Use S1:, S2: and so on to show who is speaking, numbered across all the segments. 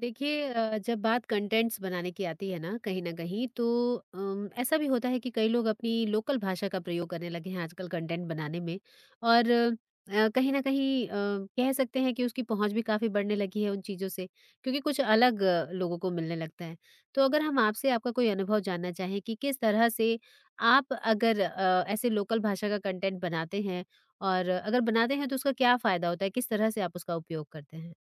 S1: देखिए जब बात कंटेंट्स बनाने की आती है ना कहीं तो ऐसा भी होता है कि कई लोग अपनी लोकल भाषा का प्रयोग करने लगे हैं आजकल कंटेंट बनाने में। और कहीं ना कहीं कह सकते हैं कि उसकी पहुंच भी काफी बढ़ने लगी है उन चीजों से। क्योंकि कुछ अलग लोगों को मिलने लगता है। तो अगर हम आपसे आपका कोई अनुभव जानना चाहें कि किस तरह से आप अगर ऐसे लोकल भाषा का कंटेंट बनाते हैं, और अगर बनाते हैं तो उसका क्या फायदा होता है, किस तरह से आप उसका उपयोग करते हैं?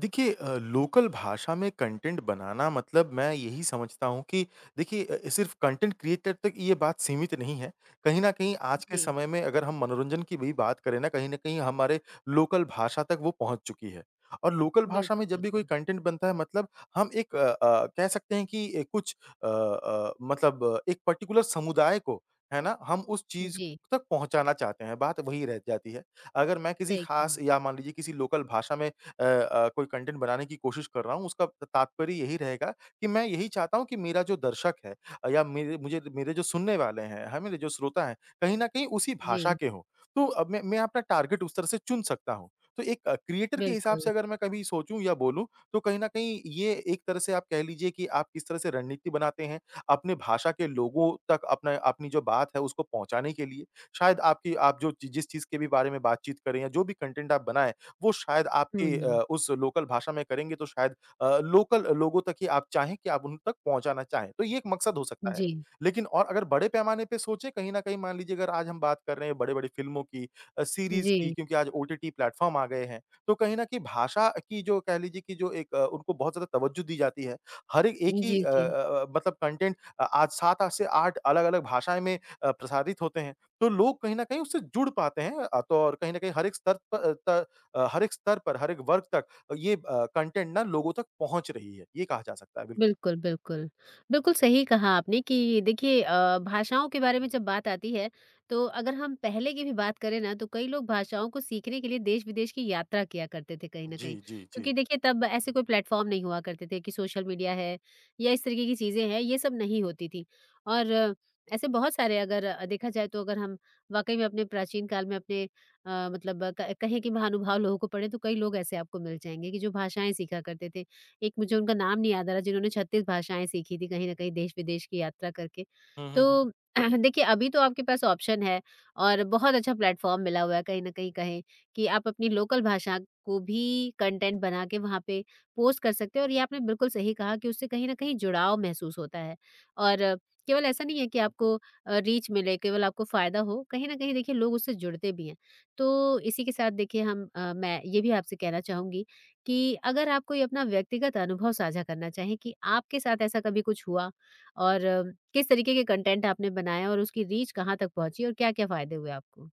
S2: देखिए लोकल भाषा में कंटेंट बनाना मतलब मैं यही समझता हूँ कि देखिए सिर्फ़ कंटेंट क्रिएटर तक ये बात सीमित नहीं है। कहीं न कहीं आज के
S1: जी।
S2: समय में अगर हम मनोरंजन की भी बात करें ना, कहीं न कहीं हमारे लोकल भाषा तक वो पहुँच चुकी है। और लोकल भाषा में
S1: बिल्कुल,
S2: जब भी कोई
S1: बिल्कुल।
S2: कंटेंट बनता है मतलब हम एक कह सकते हैं कि ए कुछ मतलब एक पर्टिकुलर समुदाय को, है ना, हम उस चीज़
S1: जी,
S2: तक पहुँचाना चाहते हैं, बात वही रह जाती है। अगर मैं किसी
S1: सही
S2: ख़ास
S1: कहा।
S2: या मान लीजिए किसी लोकल भाषा में कोई कंटेंट बनाने की कोशिश कर रहा हूँ उसका तात्पर्य यही रहेगा कि मैं यही चाहता हूँ कि मेरा जो दर्शक है या मेरे जो सुनने वाले हैं, है मेरे जो श्रोता हैं, कहीं न कहीं उसी भाषा
S1: जी,
S2: के हों। तो अब मैं अपना टारगेट उस तरह से चुन सकता हूँ। तो एक क्रिएटर के हिसाब
S1: बिल्कुल।
S2: से अगर मैं कभी सोचूँ या बोलूँ तो कहीं न कहीं ये एक तरह से आप कह लीजिए कि आप किस तरह से रणनीति बनाते हैं, अपने भाषा के लोगों तक अपना अपनी जो बात है उसको पहुँचाने के लिए। शायद आपकी आप जो जिस चीज़ के भी बारे में बातचीत करें या जो भी कंटेंट आप बनाएँ, वो शायद आपकी
S1: हुँ,
S2: उस लोकल भाषा में करेंगे तो शायद लोकल लोगों तक ही आप चाहें कि आप उन तक पहुँचाना चाहें। तो ये एक मकसद हो सकता है।
S1: जी,
S2: लेकिन और अगर बड़े पैमाने पे सोचें कहीं न कहीं मान लीजिए अगर आज हम बात कर रहे हैं बड़े-बड़े फ़िल्मों की सीरीज़ की
S1: जी,
S2: क्योंकि आज ओटीटी प्लेटफ़ॉर्म आ गए हैं। तो कहीं न कहीं भाषा की जो कह लीजिए कि जो एक उनको बहुत ज़्यादा तवज्जो दी जाती है। हर एक एक ही
S1: जी,
S2: अ अ
S1: जी।
S2: अ, मतलब कंटेंट आज 7 से 8 अलग-अलग भाषाएँ में प्रसारित होते हैं। तो लोग कहीं न कहीं उससे जुड़ पाते हैं तो और कहीं न कहीं हर एक स्तर प अ, त अ, हर एक स्तर पर, हर एक वर्ग तक ये कंटेंट ना लोगों तक पहुँच रही है, ये कहा जा सकता है, बिल्कुल।
S1: बिल्कुल, बिल्कुल। बिल्कुल सही कहा आपने कि देखिए भाषाओं के बारे में जब बात आती है, तो अगर हम पहले की भी बात करें ना, तो कई लोग भाषाओं को सीखने के लिए देश-विदेश की यात्रा किया करते थे कहीं न
S2: जी,
S1: कहीं।
S2: जी, जी।
S1: क्योंकि देखिए तब ऐसे कोई प्लेटफ़ॉर्म नहीं हुआ करते थे कि सोशल मीडिया है या इस तरीके की चीज़ें हैं, ये सब नहीं होती थी। और ऐसे बहुत सारे अगर देखा जाए तो अगर हम वाक़ई में अपने प्राचीन काल में अपने मतलब अ, क कहें कि महानुभाव लोगों को पढ़ें, तो कई लोग ऐसे आपको मिल जाएँगे कि जो भाषाएँ सीखा करते थे। एक मुझे उनका नाम नहीं याद आ रहा जिन्होंने 36 भाषाएँ सीखी थी कहीं न कहीं देश-विदेश की यात्रा करके।
S2: हुँ, हुँ,
S1: तो देखिए अभी तो आपके पास ऑप्शन है और बहुत अच्छा प्लेटफ़ॉर्म मिला हुआ है कहीं न कहीं, कहें कि आप अपनी लोकल भाषा को भी कंटेंट बना के वहाँ पे पोस्ट कर सकते हैं, और ये आपने बिल्कुल सही कहा कि उससे कहीं न कहीं जुड़ाव महसूस होता है। और केवल ऐसा नहीं है कि आपको रीच मिले, केवल आपको फ़ायदा हो, कहीं न कहीं देखिए लोग उससे जुड़ते भी हैं। तो इसी के साथ देखिए मैं ये भी आपसे कहना चाहूँगी कि अगर आप कोई अपना व्यक्तिगत अनुभव साझा करना चाहें कि आपके साथ ऐसा कभी कुछ हुआ, और किस तरीके के कंटेंट आपने बनाया और उसकी रीच कहाँ तक पहुंची और क्या-क्या फायदे हुए आपको?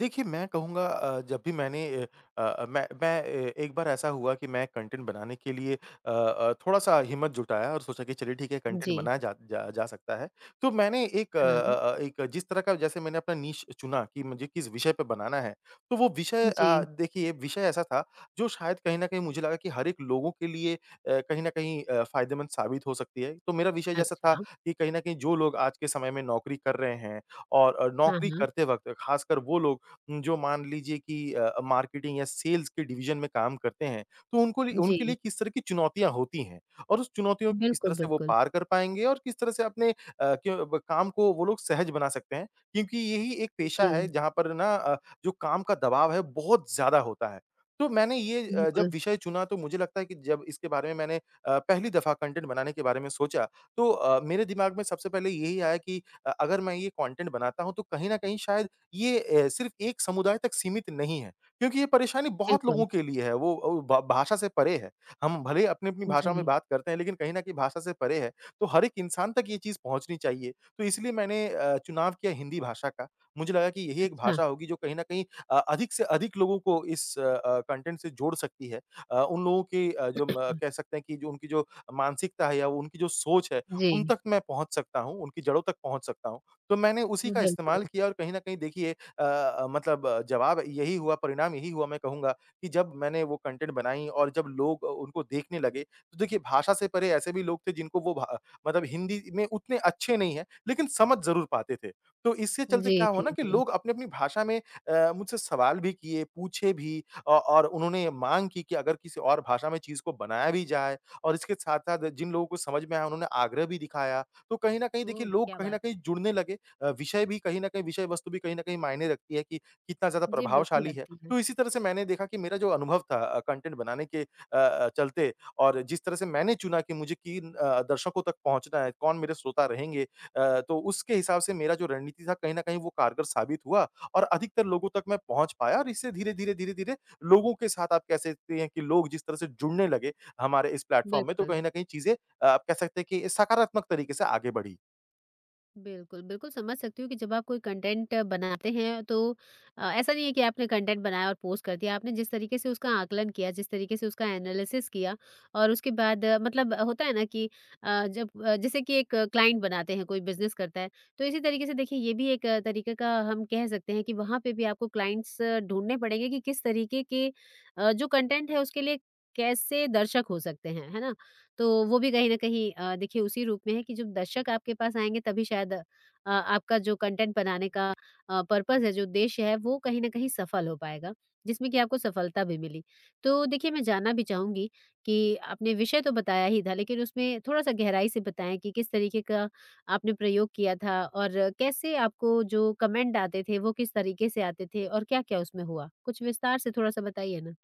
S2: देखिए, मैं कहूँगा जब भी मैं ए एक बार ऐसा हुआ कि मैं कंटेंट बनाने के लिए थोड़ा-सा हिम्मत जुटाया और सोचा कि चलिए ठीक है कंटेंट
S1: जी।
S2: बनाया जा जा जा सकता है। तो मैंने एक अ
S1: हाँ,
S2: अ अ, एक जिस तरह का जैसे मैंने अपना नीश चुना कि मुझे किस विषय पे बनाना है, तो वो विषय
S1: जी।
S2: देखिए ये विषय ऐसा था जो शायद कहीं न कहीं मुझे लगा कि हर एक लोगों के लिए कहीं न कहीं फ़ायदेमंद साबित हो सकती है। तो मेरा विषय जैसा था
S1: अच्छा।
S2: कि कहीं न कहीं जो लोग आज के समय में नौकरी कर रहे हैं और
S1: हाँ,
S2: नौकरी
S1: हाँ।
S2: करते वक़्त खासकर वो लोग जो मान लीजिए कि मार्केटिंग या सेल्स के डिवीज़न में काम करते हैं, तो उनको लि
S1: जी।
S2: उनके लिए किस तरह की चुनौतियाँ होती हैं? और उस चुनौतियों को किस तरह
S1: बिल्कुल,
S2: से वो
S1: बिल्कुल।
S2: पार कर पाएँगे और किस तरह से अपने अ, क्यों ब काम को वो लोग सहज बना सकते हैं? क्योंकि यही एक पेशा है
S1: जी,
S2: जहाँ पर ना जो काम का दबाव है बहुत ज़्यादा होता है। तो मैंने ये जब
S1: बिल्कुल,
S2: विषय चुना तो मुझे लगता है कि जब इसके बारे में मैंने पहली दफ़ा कंटेंट बनाने के बारे में सोचा, तो मेरे दिमाग में सबसे पहले यही आया कि अगर मैं ये कंटेंट बनाता हूँ तो कहीं न कहीं शायद ये सिर्फ़ एक समुदाय तक सीमित नहीं है, क्योंकि ये परेशानी बहुत
S1: बिल्कुल।
S2: लोगों के लिए है, वो अ, भा भाषा से परे है। हम भले अपनी-अपनी भाषा में
S1: जी,
S2: बात करते हैं, लेकिन कहीं न कहीं भाषा से परे है, तो हर एक इंसान तक ये चीज़ पहुँचनी चाहिए। तो इसलिए मैंने चुनाव किया हिंदी भाषा का, मुझे लगा कि यही एक
S1: अच्छा।
S2: भाषा होगी जो कहीं न कहीं अधिक से अधिक लोगों को इस कंटेंट से जोड़ सकती है। उन लोगों की अ, जो म कह सकते हैं कि जो उनकी जो मानसिकता है या वो उनकी जो सोच है, उन
S1: जी,
S2: तक मैं पहुँच सकता हूँ, उनकी जड़ों तक पहुँच सकता हूँ। तो मैंने उसी का
S1: बिल्कुल।
S2: इस्तेमाल किया और कहीं न कहीं देखिए मतलब जवाब यही हुआ, परिणाम यही हुआ मैं कहूँगा कि जब मैंने वो कंटेंट बनाई और जब लोग उनको देखने लगे, तो देखिए भाषा से परे ऐसे भी लोग थे जिनको वो भा मतलब हिंदी में उतने अच्छे नहीं हैं, लेकिन समझ ज़रूर पाते थे। तो इसके चलते
S1: जी,
S2: क्या हुआ ना
S1: जी,
S2: कि
S1: जी।
S2: लोग अपनी-अपनी भाषा में मुझसे सवाल भी किए, पूछे भी औ और उन्होंने माँग की कि अगर किसी और भाषा में चीज़ को बनाया भी जाए और इसके साथ-साथ जिन लोगों को समझ में आया उन्होंने आग्रह भी दिखाया। तो कहीं न कहीं देखिए
S1: ओह!
S2: लोग
S1: क्या
S2: कहीं न
S1: बात है।
S2: कहीं जुड़ने लगे विषय वस्तु भी कहीं न कहीं मायने रखती है कि कितना ज़्यादा
S1: जी, बिल्कुल
S2: प्रभावशाली है।
S1: रखती हैं।
S2: तो इसी तरह से मैंने देखा कि मेरा जो अनुभव था कंटेंट बनाने के चलते और जिस तरह से मैंने चुना कि मुझे किन दर्शकों तक पहुँचना है, कौन मेरे श्रोता रहेंगे तो उसके हिसाब से मेरा जो रणनीति था कहीं न कहीं वो कारगर साबित हुआ और अधिकतर लोगों तक मैं पहुँच पाया और इससे धीरे-धीरे, धीरे-धीरे लोगों के साथ आप कह सकते हैं कि लोग जिस तरह से जुड़ने लगे हमारे इस प्लेटफ़ॉर्म में तो
S1: बिल्कुल।
S2: कहीं न कहीं चीज़ें आप कह सकते हैं कि सकारात्मक तरीके से आगे बढ़ी।
S1: बिल्कुल, बिल्कुल समझ सकती हूँ कि जब आप कोई कंटेंट बनाते हैं तो ऐसा नहीं है कि आपने कंटेंट बनाया और पोस्ट कर दिया। आपने जिस तरीके से उसका आकलन किया, जिस तरीके से उसका एनालिसिस किया, और उसके बाद होता है ना कि जैसे कि एक क्लाइंट बनाते हैं, कोई बिज़नेस करता है, तो इसी तरीके से देखिए ये भी एक तरीके का हम कह सकते हैं कि वहाँ पे भी आपको क्लाइंट्स ढूँढने पड़ेंगे कि किस तरीके के जो कंटेंट है उसके लिए कैसे दर्शक हो सकते हैं, है ना? तो वो भी कहीं न कहीं देखिए उसी रूप में है कि जब दर्शक आपके पास आएँगे तभी शायद आपका जो कंटेंट बनाने का पर्पज़ है, जो उद्देश्य है वो कहीं न कहीं सफल हो पाएगा, जिसमें कि आपको सफलता भी मिली। तो देखिए मैं जानना भी चाहूँगी कि आपने विषय तो बताया ही था लेकिन उसमें थोड़ा-सा गहराई से बताएँ कि किस तरीके का आपने प्रयोग किया था, और कैसे आपको जो कमेंट आते थे वो किस तरीके से आते थे और क्या-क्या उसमें हुआ? कुछ विस्तार से थोड़ा-सा बताइए ना।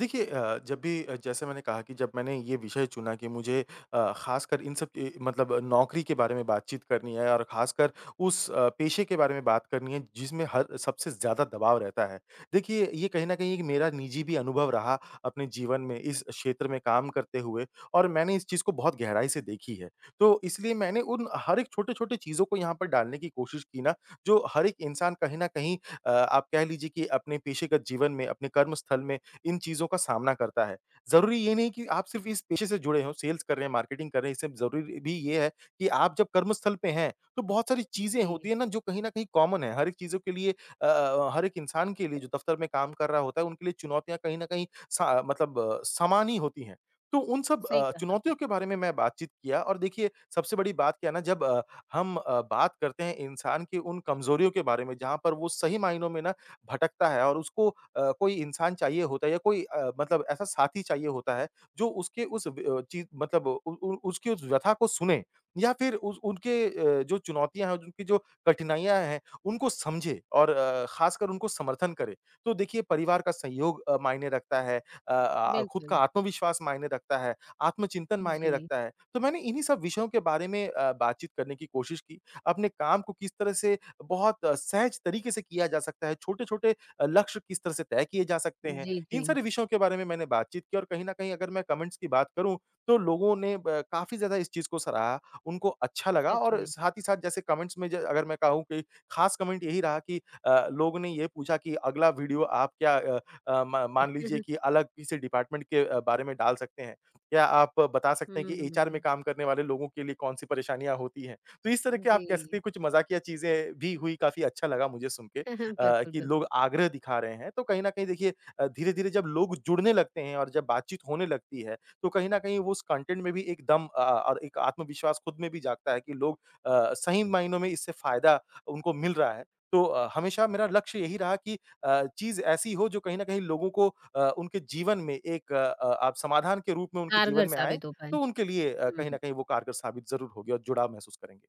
S2: देखिए जब भी जैसे मैंने कहा कि जब मैंने ये विषय चुना कि मुझे ख़ासकर इन सब नौकरी के बारे में बातचीत करनी है और ख़ासकर उस पेशे के बारे में बात करनी है जिसमें हर सबसे ज़्यादा दबाव रहता है। देखिए ये कहीं न कहीं एक मेरा निजी भी अनुभव रहा अपने जीवन में इस क्षेत्र में काम करते हुए और मैंने इस चीज़ को बहुत गहराई से देखी है। तो इसलिए मैंने उन हर एक छोटे-छोटे चीज़ों को यहाँ पर डालने की कोशिश की ना जो हर एक इंसान कहीं न कहीं आप कह लीजिए कि अपने पेशेगत जीवन में, अपने कर्मस्थल में इन चीज़ों का सामना करता है। ज़रूरी ये नहीं कि आप सिर्फ़ इस पेशे से जुड़े हों, सेल्स कर रहे हैं, मार्केटिंग कर रहे हैं, इससे ज़रूरी भी ये है कि आप जब कर्मस्थल पे हैं, तो बहुत सारी चीज़ें होती
S1: जी,
S2: हैं ना जो कहीं न कहीं कॉमन है। हर एक चीज़ों के लिए हर एक इंसान के लिए जो दफ़्तर में काम कर रहा होता है, उनके लिए चुनौतियाँ कहीं न कहीं समान ही होती हैं। तो उन सब
S1: सही कहा आपने।
S2: चुनौतियों के बारे में मैं बातचीत किया और देखिए सबसे बड़ी बात क्या है ना जब बात करते हैं इंसान की उन कमज़ोरियों के बारे में जहाँ पर वो सही मायनों में ना भटकता है और उसको कोई इंसान चाहिए होता है या कोई मतलब ऐसा साथी चाहिए होता है जो उसके उस व चीज़ मतलब उ उ उसकी उस व्यथा को सुने या फिर उस उनके जो चुनौतियाँ हैं, उनकी जो कठिनाइयाँ हैं, उनको समझे और ख़ासकर उनको समर्थन करे। तो देखिए परिवार का सहयोग मायने रखता है खुद का
S1: बिल्कुल,
S2: आत्मविश्वास मायने रखता है, आत्मचिंतन मायने
S1: जी।
S2: रखता है। तो मैंने इन्हीं सब विषयों के बारे में बातचीत करने की कोशिश की, अपने काम को किस तरह से बहुत सहज तरीके से किया जा सकता है, छोटे-छोटे लक्ष्य किस तरह से तय किए जा सकते हैं।
S1: जी,
S2: इन
S1: जी,
S2: सारे विषयों के बारे में मैंने बातचीत की और कहीं न कहीं अगर मैं कमेंट्स की बात करूँ, तो लोगों ने ब काफ़ी ज़्यादा इस चीज़ को सराहा, उनको अच्छा लगा
S1: सच
S2: और
S1: में।
S2: साथ ही साथ जैसे कमेंट्स में ज अगर मैं कहूँ कि खास कमेंट यही रहा कि लोगों ने ये पूछा कि अगला वीडियो आप क्या अ अ, म मान लीजिए कि अलग किसी डिपार्टमेंट के बारे में डाल सकते हैं? क्या आप बता
S1: हुँ,
S2: सकते हैं कि एचआर में काम करने वाले लोगों के लिए कौन-सी परेशानियाँ होती हैं? तो इस तरह के आप
S1: जी,
S2: कह सकते हैं कुछ मज़ाकिया चीज़ें भी हुई, काफ़ी अच्छा लगा मुझे सुन के
S1: बिल्कुल,
S2: कि लोग
S1: बिल्कुल,
S2: आग्रह दिखा रहे हैं। तो कहीं न कहीं देखिए धीरे-धीरे जब लोग जुड़ने लगते हैं और जब बातचीत होने लगती है, तो कहीं न कहीं वो उस कंटेंट में भी एक दम और एक आत्मविश्वास खुद में भी जागता है कि लोग सही मायनों में इससे फ़ायदा उनको मिल रहा है। तो हमेशा मेरा लक्ष्य यही रहा कि चीज़ ऐसी हो जो कहीं न कहीं लोगों को उनके जीवन में एक आप समाधान के रूप में उनके जीवन
S1: कारगर
S2: में आए,
S1: साबित हो पाए।
S2: तो उनके लिए कहीं न
S1: हुँ।
S2: कहीं वो कारगर साबित ज़रूर होगी और जुड़ाव महसूस करेंगे।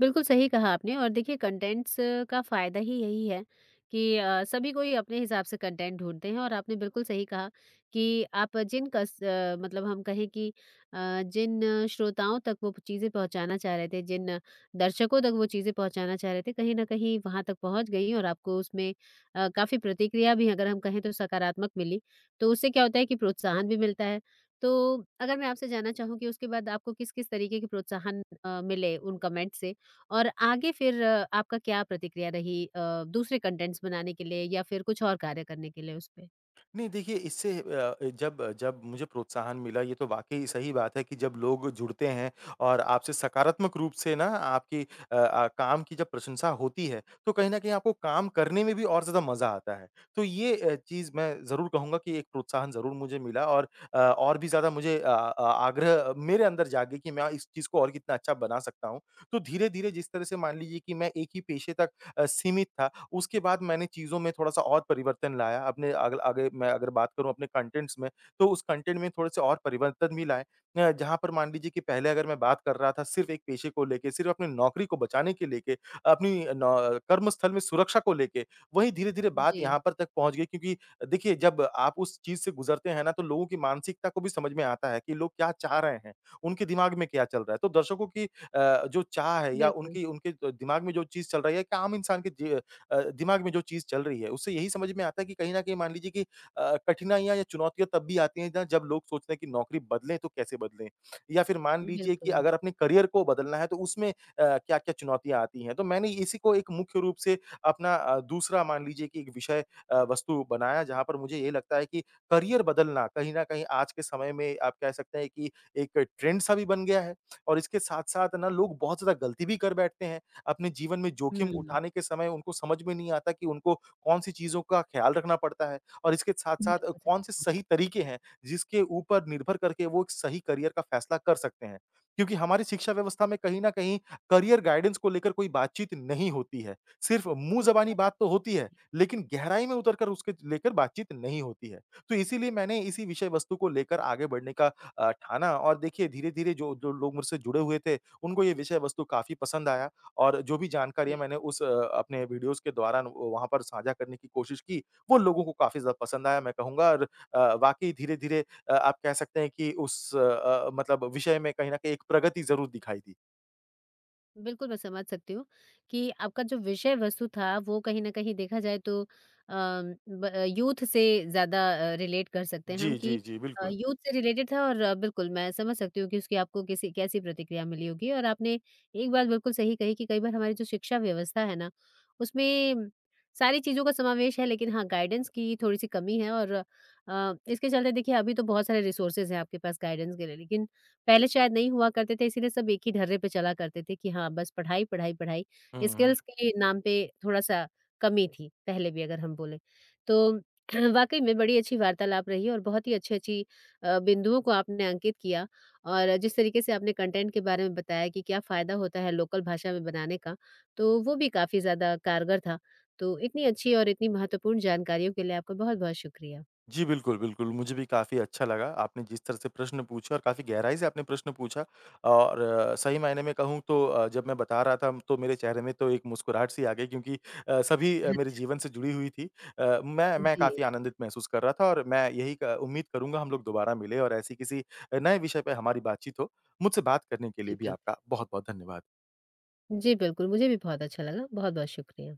S1: बिल्कुल सही कहा आपने, और देखिए कंटेंट्स का फ़ायदा ही यही है कि सभी कोई अपने हिसाब से कंटेंट ढूँढते हैं, और आपने बिल्कुल सही कहा कि आप जिन कस अ, मतलब हम कहें कि जिन श्रोताओं तक वो चीज़ें पहुँचाना चाह रहे थे, जिन दर्शकों तक वो चीज़ें पहुँचाना चाह रहे थे, कहीं न कहीं वहाँ तक पहुँच गई और आपको उसमें काफ़ी प्रतिक्रिया भी, अगर हम कहें तो, सकारात्मक मिली। तो उससे क्या होता है कि प्रोत्साहन भी मिलता है। तो अगर मैं आपसे जानना चाहूँ कि उसके बाद आपको किस-किस तरीके के प्रोत्साहन मिले उन कमेंट से? और आगे फिर आपका क्या प्रतिक्रिया रही दूसरे कंटेंट्स बनाने के लिए या फिर कुछ और कार्य करने के लिए उस पे?
S2: नहीं देखिए इससे जब जब मुझे प्रोत्साहन मिला ये तो वाक़ई सही बात है कि जब लोग जुड़ते हैं और आपसे सकारात्मक रूप से ना आपकी काम की जब प्रशंसा होती है, तो कहीं न कहीं आपको काम करने में भी और ज़्यादा मज़ा आता है। तो ये चीज़ मैं ज़रूर कहूँगा कि एक प्रोत्साहन ज़रूर मुझे मिला और और भी ज़्यादा मुझे आग्रह मेरे अंदर जागे कि मैं इस चीज़ को और कितना अच्छा बना सकता हूँ। तो धीरे-धीरे जिस तरह से मान लीजिए कि मैं एक ही पेशे तक सीमित था उसके बाद मैंने चीज़ों में थोड़ा-सा और परिवर्तन लाया, अपने अग आगे मैं अगर बात करूँ अपने कंटेंट्स में, तो उस कंटेंट में थोड़े-से और परिवर्तन भी लाए। जहाँ पर मान लीजिए कि पहले अगर मैं बात कर रहा था सिर्फ़ एक पेशे को लेके, सिर्फ़ अपनी नौकरी को बचाने के लेके, अपनी नौ कर्मस्थल में सुरक्षा को लेके, वहीं धीरे-धीरे बात
S1: जी,
S2: यहाँ पर तक पहुँच गई क्योंकि देखिए, जब आप उस चीज़ से गुज़रते हैं ना, तो लोगों की मानसिकता को भी समझ में आता है कि लोग क्या चाह रहे हैं, उनके दिमाग में क्या चल रहा है। तो दर्शकों की जो चाह है या
S1: बिल्कुल,
S2: उनकी उनके दिमाग में जो चीज़ चल रही है, एक आम इंसान के दिमाग में जो चीज़ चल रही है, उससे यही समझ में आता है कि कहीं न कहीं मान लीजिए कि कठिनाइयाँ या चुनौतियाँ तब भी आती हैं ना जब लोग सोचते हैं कि नौकरी बदलें तो कैसे बदलें? या फिर मान लीजिए कि
S1: बिल्कुल।
S2: अगर अपने करियर को बदलना है तो उसमें क्या-क्या चुनौतियाँ आती हैं? तो मैंने इसी को एक मुख्य रूप से अपना दूसरा मान लीजिए कि एक विषय वस्तु बनाया जहाँ पर मुझे ये लगता है कि करियर बदलना कहीं न कहीं आज के समय में आप कह सकते हैं कि एक ट्रेंड सा भी बन गया है और इसके साथ-साथ ना लोग बहुत ज़्यादा गलती भी कर बैठते हैं। अपने जीवन में जोखिम
S1: हुँ,
S2: उठाने के समय उनको समझ में नहीं आता कि उनको कौन-सी चीज़ों का ख्याल रखना पड़ता है और इसके साथ-साथ
S1: बिल्कुल सही
S2: कौन-से
S1: कहा आपने।
S2: सही तरीके हैं, जिसके ऊपर निर्भर करके वो एक सही करियर का फैसला कर सकते हैं। क्योंकि हमारी शिक्षा व्यवस्था में कहीं न कहीं करियर गाइडेंस को लेकर कोई बातचीत नहीं होती है। सिर्फ़ मुँह
S1: ये तो
S2: ज़बानी
S1: बात
S2: बात तो
S1: आपने सही
S2: होती है,
S1: कही।
S2: लेकिन गहराई में उतर कर उसके लेकर बातचीत नहीं होती है। तो इसीलिए मैंने इसी विषय वस्तु को लेकर आगे बढ़ने का ठाना और देखिए धीरे-धीरे जो जो लोग मुझसे जुड़े हुए थे, उनको ये विषय वस्तु काफ़ी पसंद आया। और जो भी जानकारियाँ
S1: जी।
S2: मैंने अपने वीडियोज़ के दौरान वहाँ पर साझा करने की कोशिश की, वो लोगों को काफ़ी ज़्यादा पसंद आया मैं कहूँगा और वाक़ई धीरे-धीरे आप कह सकते हैं कि मतलब विषय में कहीं न कहीं एक प्रगति ज़रूर दिखाई दी।
S1: बिल्कुल, मैं समझ सकती हूँ कि आपका जो विषय वस्तु था वो कहीं न कहीं देखा जाए तो अ, ब यूथ से ज़्यादा रिलेट कर सकते हैं हम
S2: जी,
S1: कि
S2: जी, जी, बिल्कुल।
S1: यूथ से रिलेटेड था। और बिल्कुल मैं समझ सकती हूँ कि उसकी आपको किसी कैसी प्रतिक्रिया मिली होगी, और आपने एक बात बिल्कुल सही कही कि कई बार हमारी जो शिक्षा व्यवस्था है ना, उसमें सारी चीज़ों का समावेश है लेकिन हाँ, गाइडेंस की थोड़ी-सी कमी है। और इसके चलते देखिए अभी तो बहुत सारे रिसोर्सेज़ हैं आपके पास गाइडेंस के लिए, लेकिन पहले शायद नहीं हुआ करते थे, इसीलिए सब एक ही ढर्रे पे चला करते थे कि हाँ, बस पढ़ाई, पढ़ाई, पढ़ाई।
S2: हुँ, हुँ।
S1: स्किल्स के नाम पे थोड़ा-सा कमी थी, पहले भी अगर हम बोलें। तो वाक़ई में बड़ी अच्छी वार्तालाप रही और बहुत ही अच्छी-अच्छी बिंदुओं को आपने अंकित किया, और जिस तरीके से आपने कंटेंट के बारे में बताया कि क्या फ़ायदा होता है लोकल भाषा में बनाने का, तो वो भी काफ़ी ज़्यादा कारगर था। तो इतनी अच्छी और इतनी महत्वपूर्ण जानकारियों के लिए आपका बहुत-बहुत शुक्रिया।
S2: जी, बिल्कुल, बिल्कुल। मुझे भी काफ़ी अच्छा लगा, आपने जिस तरह से प्रश्न पूछे और काफ़ी गहराई से आपने प्रश्न पूछा और सही मायने में कहूँ तो जब मैं बता रहा था तो मेरे चेहरे में तो एक मुस्कुराहट सी आ गई क्योंकि सभी मेरे
S1: अच्छा।
S2: जीवन से जुड़ी हुई थी। मैं
S1: जी,
S2: मैं
S1: जी,
S2: काफ़ी आनंदित महसूस कर रहा था और मैं यही क उम्मीद करूँगा हम लोग दोबारा मिलें और ऐसी किसी नए विषय पे हमारी बातचीत हो। मुझसे बात करने के लिए भी
S1: बिल्कुल।
S2: आपका बहुत-बहुत धन्यवाद।
S1: जी, बिल्कुल, मुझे भी बहुत अच्छा लगा। बहुत-बहुत शुक्रिया।